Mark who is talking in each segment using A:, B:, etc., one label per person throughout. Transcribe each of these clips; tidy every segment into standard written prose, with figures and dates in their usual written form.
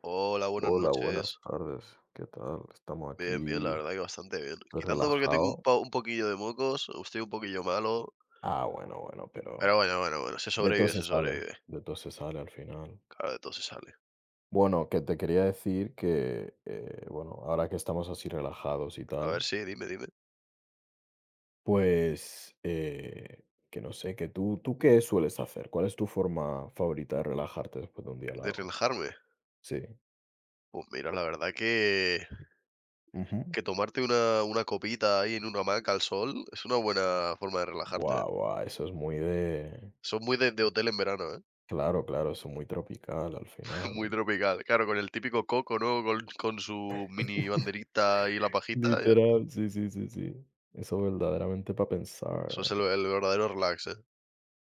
A: Hola, buenas
B: Hola, buenas
A: noches.
B: tardes. ¿Qué tal? Estamos
A: Bien, bien, la
B: aquí
A: verdad que bastante bien.
B: pues,
A: Quitando porque tengo un,
B: relajados.
A: po- un poquillo de mocos, estoy un poquillo malo,
B: Ah, bueno, bueno, pero
A: pero bueno, bueno, bueno, se
B: de todo
A: sobrevive,
B: se
A: se
B: sale,
A: sobrevive.
B: de todo se sale al final.
A: Claro, de todo se sale.
B: Bueno, que te quería decir que, bueno, ahora que estamos así relajados y
A: A ver,
B: tal,
A: sí, dime, dime.
B: pues que no sé, ¿tú qué sueles hacer? ¿Cuál es tu forma favorita de relajarte después de un día
A: ¿De
B: largo?
A: relajarme?
B: Sí.
A: Pues mira, la verdad que,
B: Ujú.
A: que tomarte una copita ahí en una hamaca al sol es una buena forma de relajarte.
B: Guau, guau, eso es muy de...
A: Son muy de hotel en verano, ¿eh?
B: Claro, claro, eso es muy tropical al final.
A: Muy
B: ¿Eh?
A: tropical. Claro, con el típico coco, ¿no? Con su mini banderita y la pajita.
B: Literal, sí, sí, sí, sí. Eso verdaderamente para pensar,
A: Eso es el,
B: eh.
A: el verdadero relax, ¿eh?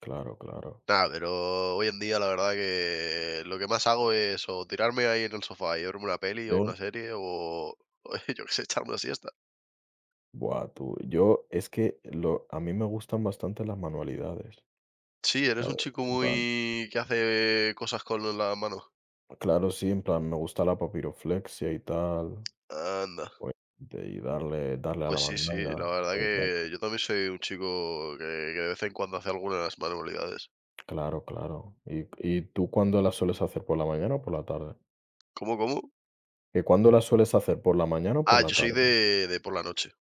B: Claro, claro.
A: Nada, pero hoy en día la verdad que lo que más hago es o tirarme ahí en el sofá y verme una peli o
B: Bien,
A: una serie o, yo qué sé, echarme una siesta.
B: buah, tú, yo es que lo a mí me gustan bastante las manualidades,
A: Sí, eres un
B: ¿sabes?
A: chico
B: En plan,
A: muy que hace cosas con las manos.
B: claro, sí, en plan, me gusta la papiroflexia y tal,
A: Anda.
B: pues, de y darle a la
A: Pues sí, sí, la
B: mandanga
A: verdad
B: todo el rato.
A: que yo también soy un chico que de vez en cuando hace algunas manualidades.
B: Claro, claro. ¿Y tú cuándo la sueles hacer, por la mañana o por la tarde?
A: ¿Cómo, cómo?
B: ¿Que cuándo la sueles hacer, por la mañana o por
A: Ah,
B: la
A: yo soy
B: tarde?
A: de por la noche,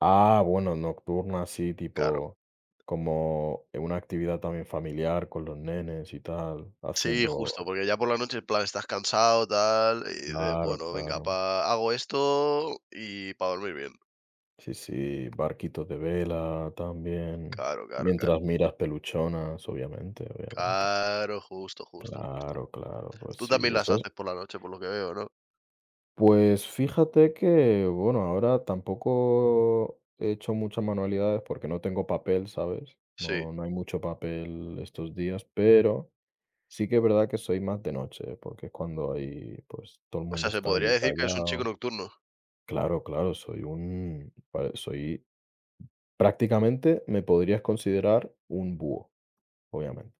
B: Ah, bueno, nocturna, sí,
A: claro.
B: tipo como una actividad también familiar con los nenes y tal,
A: Sí, justo,
B: haciendo...
A: porque ya por la noche, en plan, estás cansado, tal, y dices,
B: Claro,
A: bueno, venga,
B: claro.
A: pa, hago esto y para dormir bien.
B: Sí, sí, barquitos de vela también,
A: Claro, claro, claro.
B: mientras miras peluchonas, obviamente, obviamente.
A: Claro, justo, justo, justo.
B: Claro, claro, pues
A: Tú
B: sí,
A: también las
B: eso es.
A: haces por la noche, por lo que veo, ¿no?
B: Pues fíjate que, bueno, ahora tampoco he hecho muchas manualidades porque no tengo papel, ¿sabes?
A: Sí.
B: No, no hay mucho papel estos días, pero... Sí que es verdad que soy más de noche, porque es cuando hay, pues, todo el
A: O
B: mundo
A: sea, se
B: está
A: podría
B: ahí
A: decir que es un chico
B: callado.
A: nocturno.
B: Claro, claro, soy un pare soy prácticamente me podrías considerar un búho, obviamente.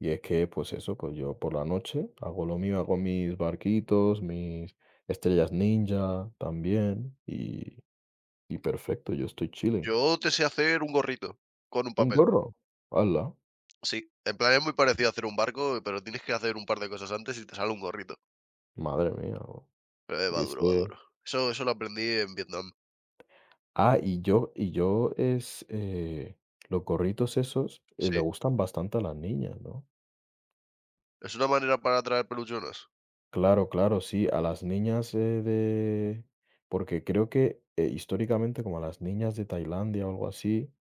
B: Y es que, pues eso, pues yo por la noche hago lo mío, hago mis barquitos, mis estrellas ninja también, y perfecto, yo estoy chilling.
A: Yo te sé hacer un gorrito con un
B: ¿Un
A: papel.
B: gorro? ¡Hala!
A: Sí, en plan es muy parecido a hacer un barco, pero tienes que hacer un par de cosas antes y te sale un gorrito.
B: Madre mía.
A: Pero
B: Y
A: va duro, va
B: ese
A: duro. Eso lo aprendí en Vietnam.
B: Ah, y yo, los gorritos esos, le
A: Sí.
B: gustan bastante a las niñas, ¿no?
A: Es una manera para atraer peluchonas.
B: Claro, claro, sí, a las niñas, de porque creo que, históricamente, como a las niñas de Tailandia o algo así,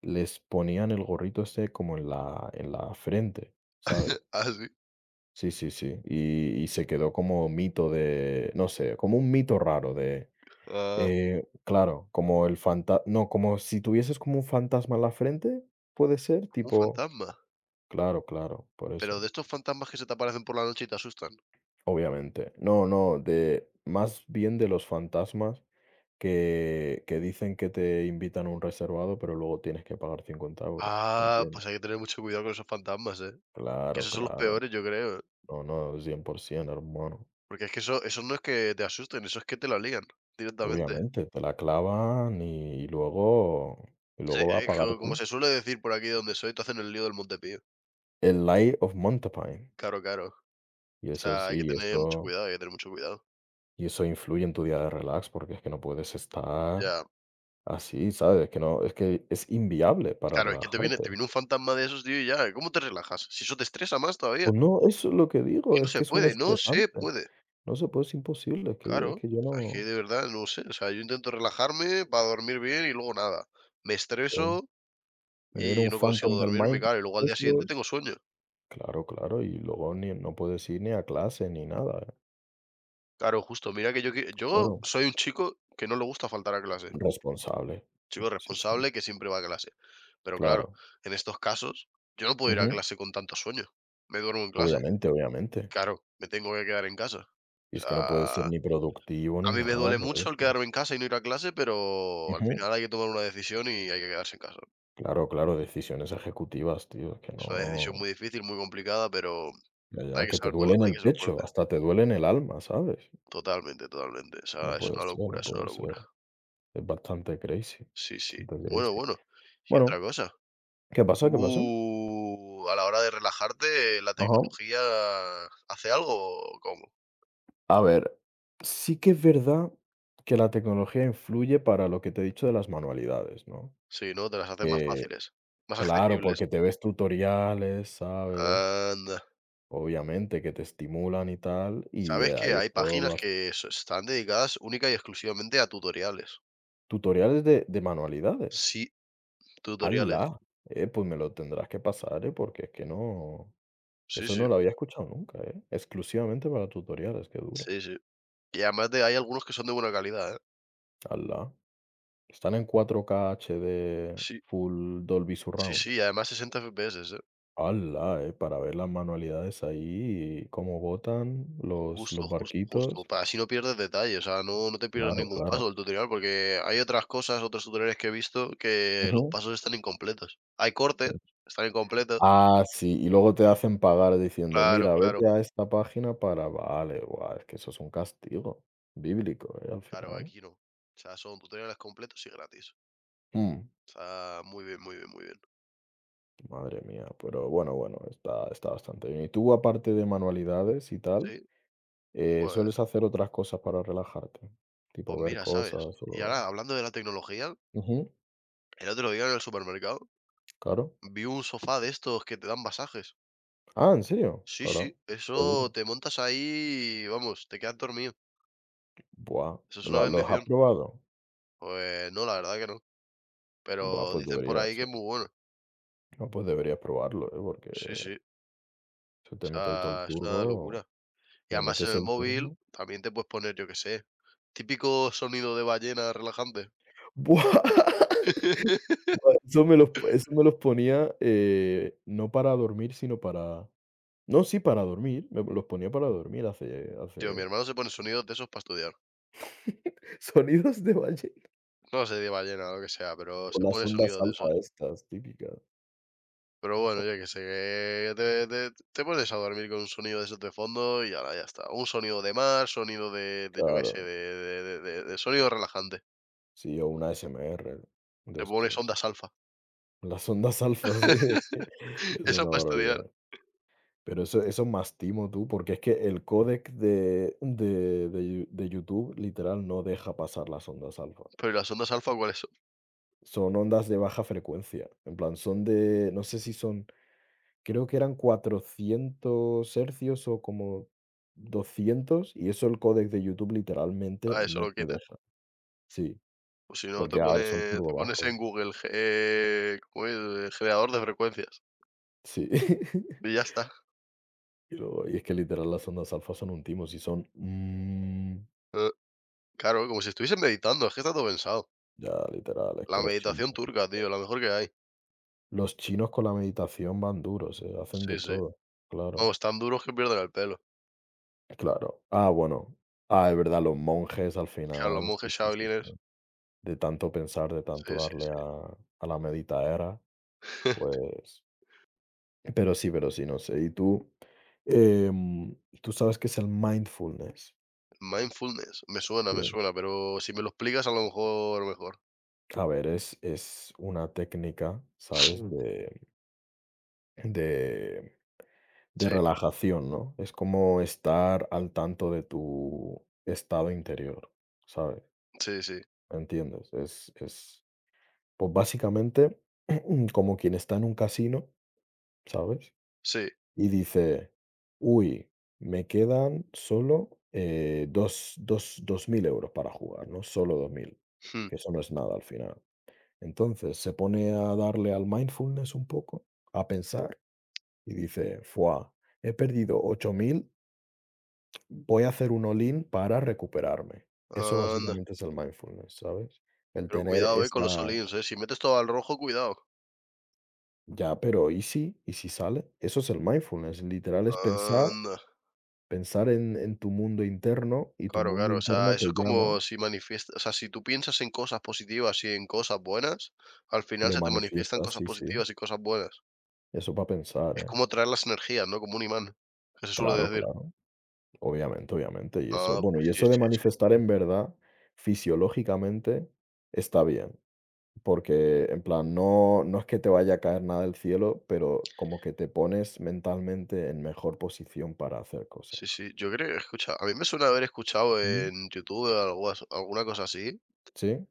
B: les ponían el gorrito este como en la frente, ¿sabes?
A: Ah, sí.
B: Sí, sí, sí. Y se quedó como mito de, no sé, como un mito raro de,
A: Ah,
B: claro, como el fanta no, como si tuvieses como un fantasma en la frente, ¿puede ser?
A: un
B: Tipo
A: fantasma.
B: Claro, claro, por
A: Pero
B: eso,
A: de estos fantasmas que se te aparecen por la noche y te asustan.
B: obviamente. No, no, de más bien de los fantasmas que dicen que te invitan a un reservado, pero luego tienes que pagar 50 euros,
A: Ah,
B: entiendo.
A: pues hay que tener mucho cuidado con esos fantasmas, ¿eh? Que
B: Claro,
A: esos son los
B: claro.
A: peores, yo creo,
B: No, no, 100%, hermano.
A: porque es que eso no es que te asusten, eso es que te lo lían directamente.
B: Obviamente, te la clavan y luego, y
A: Se
B: luego va a
A: es
B: pagar
A: co como
B: tú.
A: se suele decir por aquí donde soy, te hacen el lío del Montepío.
B: El Light of Montepine.
A: Claro, claro. O
B: Y eso
A: sea,
B: sí,
A: hay que tener mucho cuidado, hay que tener mucho cuidado.
B: y eso influye en tu día de relax, porque es que no puedes estar
A: Ya.
B: así, ¿sabes? Que no, es que es inviable para
A: Claro, es que te viene te
B: relajarte.
A: viene un fantasma de esos, tío, y ya, ¿cómo te relajas? Si eso te estresa más todavía.
B: Pues no, eso es lo que
A: Que
B: digo,
A: no
B: es que
A: se
B: es un
A: puede, no se
B: estresante.
A: puede.
B: No se puede, es imposible, es que
A: Claro, o
B: yo
A: sea, es que
B: no
A: de verdad no sé, o sea, yo intento relajarme para dormir bien y luego nada. Me
B: no,
A: estreso
B: me viene
A: y
B: un
A: no consigo
B: phantom del
A: dormirme,
B: Minecraft
A: claro, y luego al
B: de
A: día siguiente
B: esos.
A: tengo sueño.
B: Claro, claro, y luego ni no puedes ir ni a clase ni nada, ¿eh?
A: Claro, justo. Mira que yo
B: Claro,
A: soy un chico que no le gusta faltar a clase,
B: responsable.
A: chico
B: Sí, sí,
A: responsable que siempre va a clase. Pero claro,
B: claro.
A: en estos casos, yo no puedo ir a
B: Ujú.
A: clase con tanto sueño. Me duermo en clase.
B: Obviamente, obviamente.
A: Claro, me tengo que quedar en casa.
B: Y
A: O
B: es que no puedes ser
A: sea,
B: ni productivo ni
A: a mí me
B: nada
A: duele
B: por
A: mucho el
B: eso.
A: quedarme en casa y no ir a clase, pero al
B: Ujú.
A: final hay que tomar una decisión y hay que quedarse en casa.
B: Claro, claro, decisiones ejecutivas, tío, es que
A: Es una decisión
B: no.
A: muy difícil, muy complicada, pero
B: Ya, ya,
A: hay que
B: que te
A: saber
B: duele
A: tomarla,
B: en
A: hay
B: el
A: que ser
B: pecho,
A: fuerte.
B: hasta te duele en el alma, ¿sabes?
A: Totalmente, totalmente. O sea,
B: No
A: es
B: puede
A: una
B: ser,
A: locura,
B: no
A: es una
B: puede
A: locura.
B: ser. Es bastante crazy,
A: Sí, sí.
B: bastante
A: Bueno,
B: crazy.
A: bueno, y otra
B: Bueno,
A: cosa.
B: ¿qué pasa? ¿Qué pasa?
A: Tú, a la hora de relajarte, ¿la
B: Ajá.
A: tecnología hace algo o cómo?
B: A ver, sí que es verdad que la tecnología influye para lo que te he dicho de las manualidades, ¿no?
A: Sí, ¿no? Te las hace más
B: Que,
A: fáciles, más
B: claro,
A: accesibles.
B: porque te ves tutoriales, ¿sabes?
A: Anda.
B: Obviamente que te estimulan y tal, y
A: ¿Sabes que
B: ahí
A: hay
B: eso lo
A: páginas
B: hace.
A: que s están dedicadas única y exclusivamente a tutoriales?
B: Tutoriales de manualidades.
A: Sí, tutoriales.
B: Ala, pues me lo tendrás que pasar, porque es que no,
A: Sí,
B: eso no
A: sí,
B: lo había escuchado nunca, exclusivamente para tutoriales, qué duro.
A: sí, sí. Y además de hay algunos que son de buena calidad, ¿eh?
B: Ala, están en 4K HD
A: Sí,
B: full Dolby
A: sí,
B: Surround.
A: sí, además 60 FPS, ¿eh?
B: Ala, para ver las manualidades ahí, y cómo botan los
A: Justo, justo, justo.
B: barquitos.
A: Para así no pierdes detalle, o sea, no, no te pierdes
B: Claro,
A: ningún
B: claro.
A: paso del tutorial, porque hay otras cosas, otros tutoriales que he visto que los
B: Ujú,
A: pasos están incompletos. Hay cortes,
B: sí.
A: están incompletos.
B: Ah, sí, y luego te hacen pagar diciendo,
A: Claro,
B: mira,
A: claro.
B: vete a esta página para, vale, guau, es que eso es un castigo bíblico, al
A: Claro,
B: final.
A: aquí no. O sea, son tutoriales completos y gratis.
B: Mm.
A: O sea, muy bien, muy bien, muy bien.
B: Madre mía, pero bueno, bueno, está, está bastante bien. ¿Y tú, aparte de manualidades y tal,
A: Sí, pues,
B: sueles hacer otras cosas para relajarte?
A: pues
B: Tipo ver
A: mira, ¿sabes?
B: cosas
A: Y
B: o...
A: ahora, hablando de la tecnología,
B: Ujú,
A: el otro día en el supermercado
B: claro.
A: vi un sofá de estos que te dan masajes.
B: Ah, ¿en serio?
A: Sí,
B: Hola,
A: sí,
B: qué
A: eso
B: duro.
A: te montas ahí y vamos, te quedas dormido.
B: Buah,
A: Eso es una
B: los has
A: bendición.
B: probado?
A: Pues no, la verdad que no,
B: Buah,
A: pero
B: pues
A: dicen por ahí
B: deberías,
A: que es
B: eh.
A: muy bueno.
B: No, pues deberías probarlo, ¿eh? Porque
A: Sí, sí, o
B: se te mete ahí todo el
A: sea, es una
B: turbo,
A: locura. Y
B: le
A: además en
B: metes
A: el
B: el
A: móvil
B: turbo.
A: también te puedes poner, yo qué sé, típico sonido de ballena relajante.
B: Buah, Buah, eso me los ponía no para dormir, sino para... No, sí, para dormir, me los ponía para dormir, hace
A: Tío, mi
B: hace
A: hermano se pone sonidos de esos para estudiar.
B: sonidos de valle.
A: No sé, de ballena o lo que sea, pero
B: O
A: se
B: las
A: pone
B: ondas
A: sonidos de
B: alfa
A: esos.
B: estas típicas,
A: Pero bueno, yo que sé, que te pones a dormir con un sonido de esos de fondo y ahora ya está. Un sonido de mar, sonido de yo qué sé,
B: claro,
A: de sonido relajante.
B: sí, o una SMR de
A: Te pones
B: estos.
A: ondas alfa.
B: Las ondas alfa, sí, es que es
A: Eso
B: una
A: para estudiar.
B: barbaridad. Pero eso mastimo tú, porque es que el códec de YouTube, literal, no deja pasar las ondas alfa.
A: Pero ¿y las ondas alfa cuáles?
B: Son ondas de baja frecuencia, en plan, son de no sé si son creo que eran 400 hercios o como 200 y eso el códec de YouTube literalmente
A: Ah, ¿eso
B: no
A: lo
B: te
A: quita?
B: deja. Sí,
A: O si no, te
B: porque, a
A: pone
B: ver, son
A: te
B: turbo
A: pones en
B: bajos.
A: Google, ge ¿cómo es? Generador de frecuencias,
B: Sí.
A: y ya está.
B: Y es que literal las ondas alfa son un timo, si son,
A: Eh, claro, como si estuviesen meditando, es que está todo pensado.
B: ya, literal, es
A: La
B: que
A: meditación turca, tío, la mejor que hay.
B: los chinos con la meditación van duros, hacen de
A: Sí, sí.
B: todo. Claro,
A: Vamos, tan duros que pierden el pelo.
B: claro. Ah, bueno. Ah, es verdad, los monjes al
A: Claro, los
B: final, sí,
A: monjes
B: sí, sí, sí.
A: shaolines.
B: De tanto pensar, de tanto
A: Sí, sí,
B: darle
A: sí.
B: a la meditaera. Pues, pero sí, no sé. Y tú, em, tú sabes qué es el mindfulness,
A: Mindfulness, me
B: ¿sí?
A: suena, pero si me lo explicas a lo mejor mejor.
B: A ver, es una técnica, ¿sabes?
A: Mm.
B: De, de
A: Sí,
B: relajación, ¿no? Es como estar al tanto de tu estado interior, ¿sabes?
A: sí, sí,
B: ¿Entiendes? Pues básicamente como quien está en un casino, ¿sabes?
A: sí,
B: Y dice, uy, me quedan solo 2.000 euros para jugar, ¿no? Solo 2.000
A: mm,
B: que eso no es nada al final. Entonces se pone a darle al mindfulness un poco, a pensar, y dice, fuá, he perdido 8.000. Voy a hacer un all-in para recuperarme. Eso
A: anda.
B: básicamente es el mindfulness, ¿sabes? El
A: Pero
B: tener
A: cuidado, con
B: esa,
A: los olín, si metes todo al rojo, cuidado.
B: ya, pero ¿y si? ¿Y si sale? Eso es el mindfulness, literal es pensar.
A: Anda.
B: Pensar en tu mundo interno, y tu
A: Claro,
B: mundo
A: claro, o sea,
B: interno te
A: eso es
B: llama,
A: como si manifiesta o sea, si tú piensas en cosas positivas y en cosas buenas, al final
B: lo
A: se te manifiestan
B: manifiestas,
A: cosas
B: sí, sí,
A: positivas y cosas buenas.
B: eso para pensar,
A: Es
B: ¿eh?
A: como traer las energías, ¿no? Como un imán, que se suele
B: Claro,
A: decir.
B: claro, obviamente, obviamente, y eso
A: Ah,
B: bueno,
A: pues
B: y
A: sí,
B: eso de
A: sí, sí.
B: manifestar en verdad, fisiológicamente, está bien, porque en plan, no no es que te vaya a caer nada del cielo, pero como que te pones mentalmente en mejor posición para hacer cosas.
A: Sí, sí, yo creo que escucha, a mí me suena haber escuchado
B: Mm,
A: en YouTube o alguna cosa así,
B: ¿sí?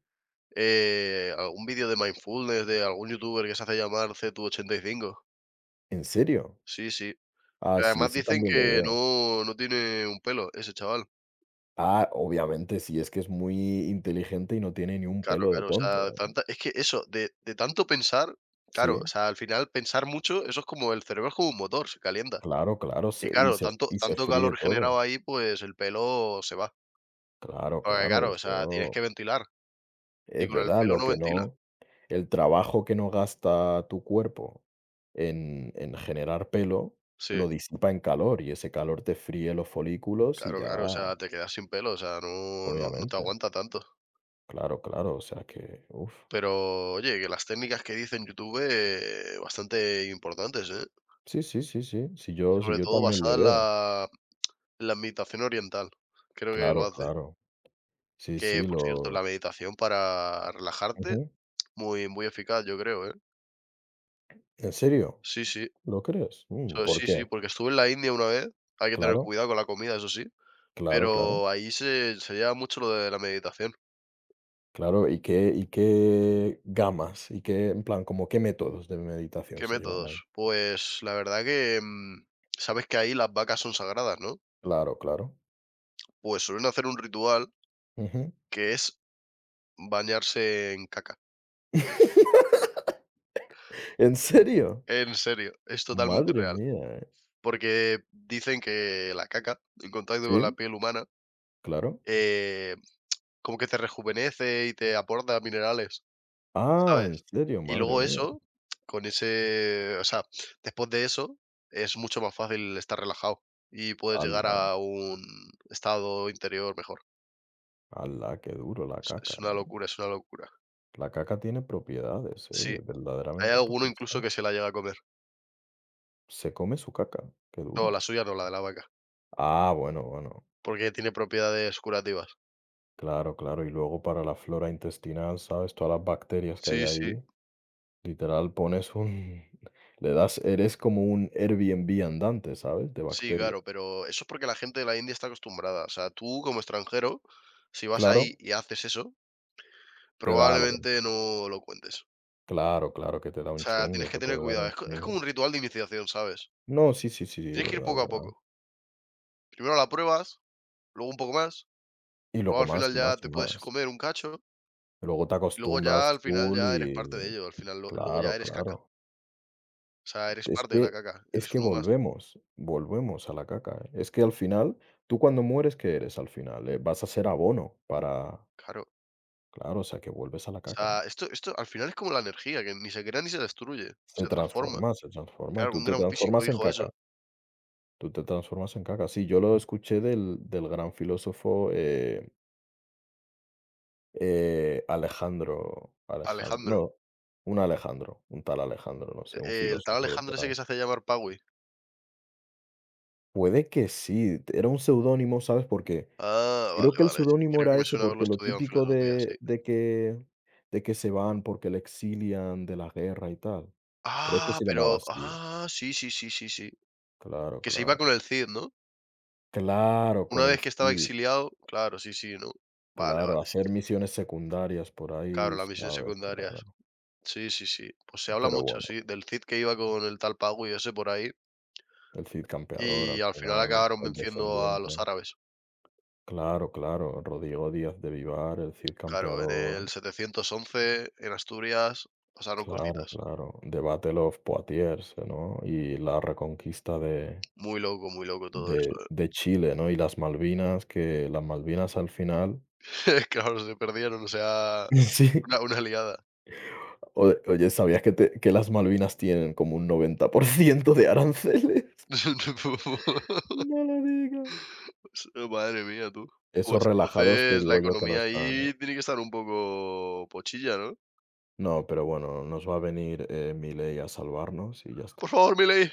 A: algún vídeo de mindfulness de algún youtuber que se hace llamar C tu 85.
B: ¿En serio?
A: Sí, sí.
B: Ah, sí,
A: Además
B: eso
A: dicen
B: también le
A: que
B: veo.
A: no, no tiene un pelo ese chaval.
B: Ah, obviamente, sí, es que es muy inteligente y no tiene ni un
A: Claro,
B: pelo de
A: claro, o
B: tonto,
A: sea,
B: ¿eh?
A: tanta es que eso, de tanto pensar, claro, o
B: Sí,
A: sea, al final pensar mucho, eso es como el cerebro es como un motor, se calienta.
B: claro, claro,
A: Y claro, tanto
B: se
A: tanto
B: fríe
A: calor generado
B: todo.
A: ahí, pues el pelo se va.
B: Claro,
A: Porque
B: claro,
A: claro, o
B: eso
A: sea, tienes que ventilar, y
B: es
A: con el
B: verdad,
A: pelo
B: lo
A: no
B: que
A: ventila.
B: no el trabajo que no gasta tu cuerpo en generar pelo,
A: Sí,
B: lo disipa en calor, y ese calor te fríe los folículos y
A: claro,
B: ya,
A: claro, o sea, te quedas sin pelo, o sea, no no no te
B: obviamente.
A: aguanta tanto.
B: Claro, claro, o sea que, uff.
A: Pero oye, que las técnicas que dice en YouTube, bastante importantes, ¿eh?
B: Sí, sí, sí, sí, si yo si
A: Sobre
B: yo
A: todo
B: también le
A: basadas en
B: veo.
A: la meditación oriental, creo que lo
B: Claro,
A: hace.
B: claro. Sí,
A: Que,
B: sí,
A: por cierto,
B: lo
A: la meditación para relajarte,
B: ujú.
A: muy muy eficaz, yo creo, ¿eh?
B: ¿En serio?
A: Sí, sí.
B: ¿Lo crees? Mm, ¿por
A: Sí, sí,
B: qué?
A: porque estuve en la India una vez, hay que tener
B: Claro,
A: cuidado con la comida, eso sí,
B: claro, claro.
A: pero ahí se lleva mucho lo de la meditación.
B: Claro, ¿y qué gamas? ¿Y qué, en plan, como qué métodos de meditación
A: ¿Qué
B: se llevan ahí?
A: métodos? Pues la verdad que, sabes que ahí las vacas son sagradas, ¿no?
B: Claro, claro.
A: Pues suelen hacer un ritual
B: Ujú.
A: que es bañarse en caca.
B: ¿En serio?
A: En serio, es totalmente
B: Madre
A: real,
B: mía, eh.
A: porque dicen que la caca, en contacto con la
B: Sí,
A: piel humana,
B: claro.
A: eh como que te rejuvenece y te aporta minerales,
B: Ah, ¿en
A: ¿sabes?
B: serio?
A: Y
B: Madre
A: luego
B: mía.
A: eso, con ese o sea, después de eso, es mucho más fácil estar relajado y puedes llegar
B: Ala,
A: a un estado interior mejor.
B: ala, qué duro la
A: Es
B: caca,
A: es una
B: eh.
A: locura, es una locura.
B: La caca tiene propiedades,
A: Sí, hay
B: verdaderamente para
A: alguno incluso
B: pensar.
A: que se la llega a comer.
B: Se come su caca, qué
A: No,
B: duro.
A: la suya no, la de la vaca,
B: Ah, bueno, bueno.
A: porque tiene propiedades curativas.
B: Claro, claro. Y luego para la flora intestinal, ¿sabes? Todas las bacterias que hay
A: Sí, sí.
B: ahí, literal pones un, le das, eres como un Airbnb andante, ¿sabes? De
A: Sí,
B: bacterias.
A: claro, pero eso es porque la gente de la India está acostumbrada. O sea, tú como extranjero, si vas
B: Claro,
A: ahí y haces eso,
B: te da algo.
A: probablemente no lo cuentes.
B: Claro, claro que te da
A: O
B: un
A: sea, tienes
B: chungo,
A: que
B: te
A: tener
B: puede dar
A: cuidado.
B: un
A: Es como
B: chungo.
A: un ritual de iniciación, ¿sabes?
B: No, sí, sí, sí, sí,
A: Tienes que ir
B: verdad,
A: poco a
B: verdad.
A: poco. Primero la pruebas, luego un poco más,
B: Y
A: luego
B: luego
A: al
B: más
A: final
B: y más
A: ya
B: y
A: te puedes
B: más.
A: comer un cacho
B: Luego te
A: y luego
B: acostumbras
A: ya al final
B: full
A: ya eres parte de
B: y
A: ello. Al final luego
B: claro,
A: ya eres caca.
B: claro.
A: O sea, eres
B: Es
A: parte de la
B: que
A: caca.
B: es
A: Eres
B: que
A: uno más.
B: volvemos, volvemos a la caca, ¿eh? Es que al final, tú cuando mueres, ¿qué eres al final? Vas a ser abono para
A: Claro.
B: claro, o sea, que vuelves a la
A: O
B: caca.
A: sea, esto al final es como la energía, que ni se crea ni se destruye, se transforma.
B: Se transforma y
A: Claro,
B: tú
A: un
B: te
A: gran físico
B: transformas en
A: dijo eso,
B: caca, tú te transformas en caca. Sí, yo lo escuché del gran filósofo, Alejandro Alejan
A: Alejandro.
B: no, un Alejandro, un tal Alejandro, no sé, un
A: El tal
B: filósofo de
A: Alejandro
B: por
A: ese
B: ahí.
A: que se hace llamar Paui.
B: Puede que sí, era un seudónimo, ¿sabes? Porque
A: Ah, vale,
B: Creo que el
A: vale. Sí,
B: pseudónimo
A: creo que
B: era
A: me
B: ese,
A: suena haberlo
B: porque lo
A: estudiado en
B: típico
A: filosofía, sí.
B: de que se van porque le exilian de la guerra y tal. Creo que
A: Ah,
B: se llamaba
A: pero.
B: así.
A: Ah, sí, sí, sí, sí, sí.
B: Claro,
A: Que se iba
B: claro.
A: con el Cid, ¿no?
B: Claro, con
A: Una
B: el
A: vez que estaba
B: FID.
A: exiliado, claro, sí, sí, ¿no? Vale,
B: Claro,
A: vale, sí,
B: hacer
A: sí.
B: misiones secundarias por
A: Claro,
B: ahí,
A: las misiones
B: ¿sabes?
A: secundarias.
B: Claro.
A: Sí, sí, sí. Pues se habla
B: Pero
A: mucho,
B: bueno,
A: sí, del Cid que iba con el tal pago y ese por ahí,
B: el Cid Campeador
A: y
B: al
A: al final
B: final,
A: acabaron
B: el
A: venciendo a los
B: descendiente.
A: árabes.
B: Claro, claro, Rodrigo Díaz de Vivar, el Cid
A: Claro, en
B: Campeador.
A: el 711 en Asturias, pasaron
B: Claro,
A: cositas.
B: claro. The Battle of Poitiers, ¿no? Y la reconquista de
A: Muy loco todo
B: De
A: eso, ¿eh?
B: de Chile, ¿no? Y las Malvinas, que las Malvinas al final
A: Claro, se perdieron, o sea,
B: sí.
A: una liada.
B: Oye oye, ¿sabías que las Malvinas tienen como un 90% de aranceles? No lo digas.
A: S Madre mía, tú.
B: Esos
A: Pues
B: relajados te
A: entonces la
B: digo yo que no
A: economía
B: están, ¿eh?
A: ahí tiene que estar un poco pochilla, ¿no?
B: No, pero bueno, nos va a venir, Milei a salvarnos y ya está.
A: Por favor, Milei.